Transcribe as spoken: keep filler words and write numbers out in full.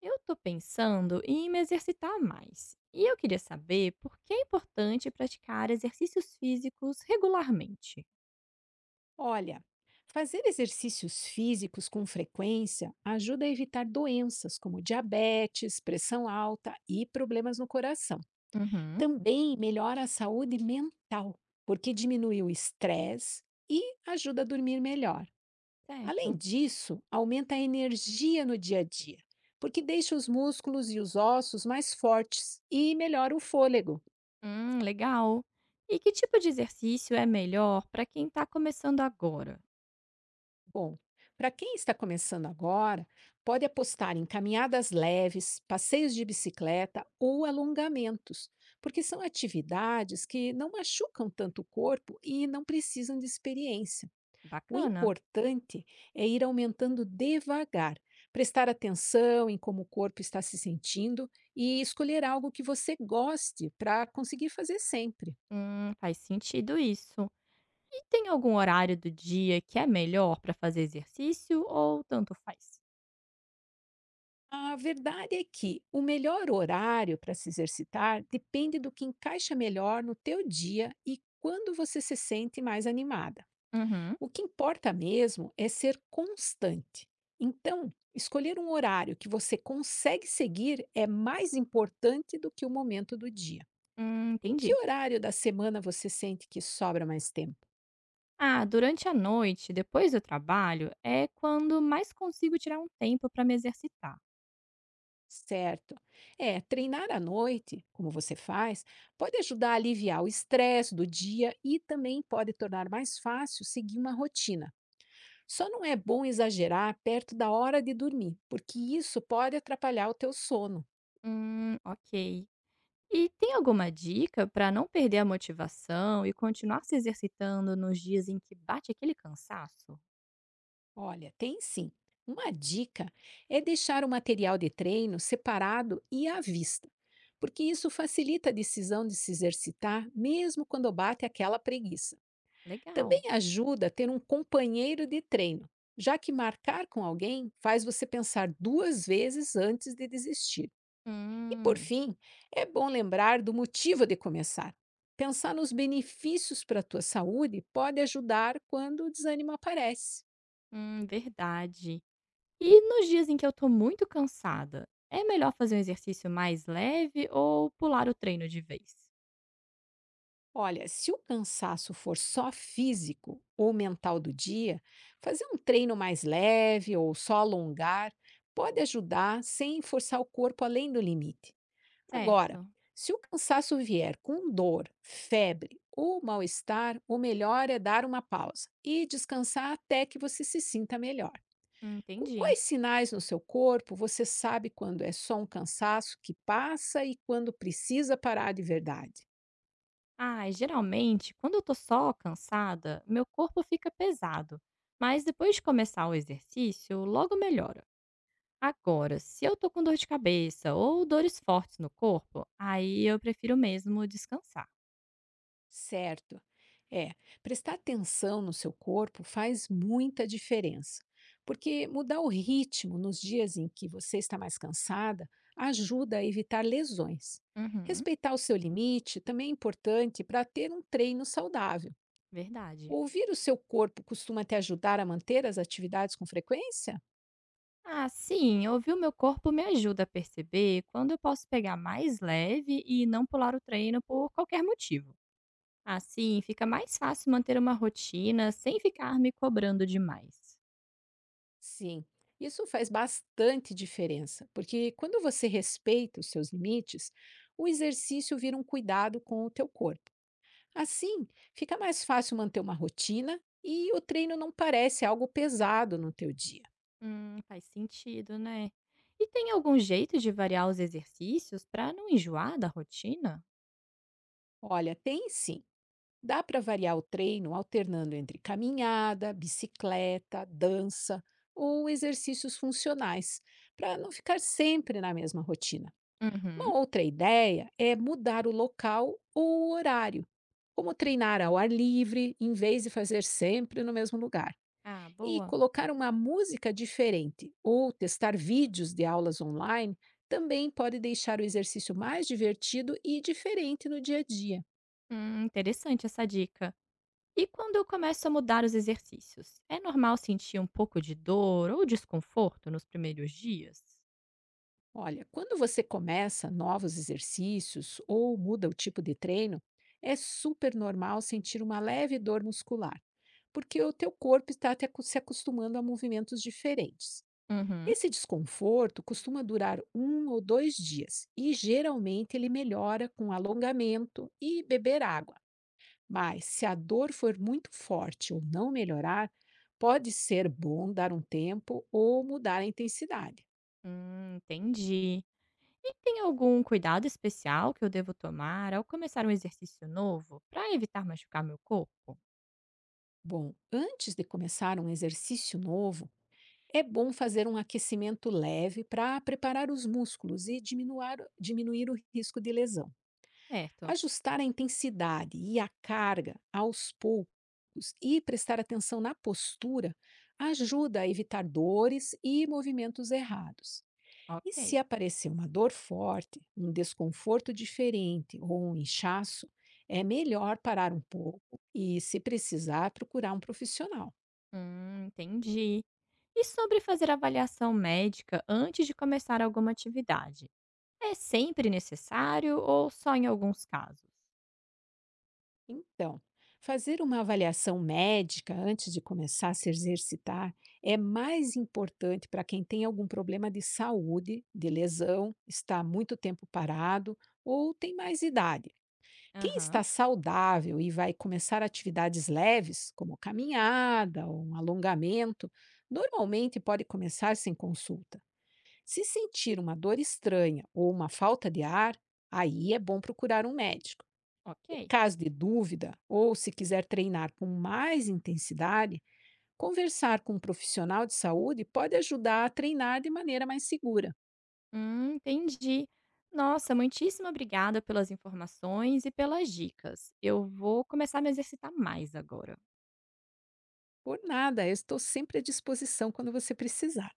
Eu tô pensando em me exercitar mais. E eu queria saber por que é importante praticar exercícios físicos regularmente. Olha, fazer exercícios físicos com frequência ajuda a evitar doenças como diabetes, pressão alta e problemas no coração. Uhum. Também melhora a saúde mental, porque diminui o estresse e ajuda a dormir melhor. Além Certo. disso, aumenta a energia no dia a dia, porque deixa os músculos e os ossos mais fortes e melhora o fôlego. Hum, legal. E que tipo de exercício é melhor para quem tá começando agora? Bom, para quem está começando agora, pode apostar em caminhadas leves, passeios de bicicleta ou alongamentos, porque são atividades que não machucam tanto o corpo e não precisam de experiência. O Bacana. importante é ir aumentando devagar, prestar atenção em como o corpo está se sentindo e escolher algo que você goste para conseguir fazer sempre. Hum, faz sentido isso. E tem algum horário do dia que é melhor para fazer exercício ou tanto faz? A verdade é que o melhor horário para se exercitar depende do que encaixa melhor no teu dia e quando você se sente mais animada. Uhum. O que importa mesmo é ser constante. Então, escolher um horário que você consegue seguir é mais importante do que o momento do dia. Hum, Em que entendi. horário da semana você sente que sobra mais tempo? Ah, durante a noite, depois do trabalho, é quando mais consigo tirar um tempo para me exercitar. Certo. É, treinar à noite, como você faz, pode ajudar a aliviar o estresse do dia e também pode tornar mais fácil seguir uma rotina. Só não é bom exagerar perto da hora de dormir, porque isso pode atrapalhar o teu sono. Hum, ok. E tem alguma dica para não perder a motivação e continuar se exercitando nos dias em que bate aquele cansaço? Olha, tem sim. Uma dica é deixar o material de treino separado e à vista, porque isso facilita a decisão de se exercitar mesmo quando bate aquela preguiça. Também Legal. ajuda a ter um companheiro de treino, já que marcar com alguém faz você pensar duas vezes antes de desistir. E por Hum, fim, é bom lembrar do motivo de começar. Pensar nos benefícios para a tua saúde pode ajudar quando o desânimo aparece. hum, verdade. E nos dias em que eu tô muito cansada, é melhor fazer um exercício mais leve ou pular o treino de vez? Olha, se o cansaço for só físico ou mental do dia, fazer um treino mais leve ou só alongar pode ajudar sem forçar o corpo além do limite. Agora, Certo. se o cansaço vier com dor, febre ou mal-estar, o melhor é dar uma pausa e descansar até que você se sinta melhor. Com Entendi. quais sinais no seu corpo você sabe quando é só um cansaço que passa e quando precisa parar de verdade? Ah, geralmente, quando eu tô só cansada, meu corpo fica pesado, mas depois de começar o exercício, logo melhora. Agora, se eu tô com dor de cabeça ou dores fortes no corpo, aí eu prefiro mesmo descansar. Certo. É, prestar atenção no seu corpo faz muita diferença, porque mudar o ritmo nos dias em que você está mais cansada ajuda a evitar lesões. Uhum. Respeitar o seu limite também é importante para ter um treino saudável. Verdade. Ouvir o seu corpo costuma te ajudar a manter as atividades com frequência? Ah, sim, ouvir o meu corpo me ajuda a perceber quando eu posso pegar mais leve e não pular o treino por qualquer motivo. Assim, fica mais fácil manter uma rotina sem ficar me cobrando demais. Sim, isso faz bastante diferença, porque quando você respeita os seus limites, o exercício vira um cuidado com o teu corpo. Assim, fica mais fácil manter uma rotina e o treino não parece algo pesado no teu dia. Hum, faz sentido, né? E tem algum jeito de variar os exercícios para não enjoar da rotina? Olha, tem sim. Dá para variar o treino alternando entre caminhada, bicicleta, dança ou exercícios funcionais, para não ficar sempre na mesma rotina. Uhum. Uma outra ideia é mudar o local ou o horário, como treinar ao ar livre em vez de fazer sempre no mesmo lugar. Ah, E boa. colocar uma música diferente ou testar vídeos de aulas online também pode deixar o exercício mais divertido e diferente no dia a dia. Hum, interessante essa dica. E quando eu começo a mudar os exercícios, é normal sentir um pouco de dor ou desconforto nos primeiros dias? Olha, quando você começa novos exercícios ou muda o tipo de treino, é super normal sentir uma leve dor muscular, porque o teu corpo está te acu- se acostumando a movimentos diferentes. Uhum. Esse desconforto costuma durar um ou dois dias e geralmente ele melhora com alongamento e beber água. Mas, se a dor for muito forte ou não melhorar, pode ser bom dar um tempo ou mudar a intensidade. Hum, entendi. E tem algum cuidado especial que eu devo tomar ao começar um exercício novo para evitar machucar meu corpo? Bom, antes de começar um exercício novo, é bom fazer um aquecimento leve para preparar os músculos e diminuar- diminuir, o risco de lesão. Certo, Ajustar a intensidade e a carga aos poucos e prestar atenção na postura ajuda a evitar dores e movimentos errados. E se ok. aparecer uma dor forte, um desconforto diferente ou um inchaço, é melhor parar um pouco e, se precisar, procurar um profissional. Hum, entendi. E sobre fazer avaliação médica antes de começar alguma atividade? É sempre necessário ou só em alguns casos? Então, fazer uma avaliação médica antes de começar a se exercitar é mais importante para quem tem algum problema de saúde, de lesão, está muito tempo parado ou tem mais idade. Quem Aham, está saudável e vai começar atividades leves, como caminhada ou um alongamento, normalmente pode começar sem consulta. Se sentir uma dor estranha ou uma falta de ar, aí é bom procurar um médico. Em ok. caso de dúvida ou se quiser treinar com mais intensidade, conversar com um profissional de saúde pode ajudar a treinar de maneira mais segura. Hum, entendi. Nossa, muitíssimo obrigada pelas informações e pelas dicas. Eu vou começar a me exercitar mais agora. Por nada, eu estou sempre à disposição quando você precisar.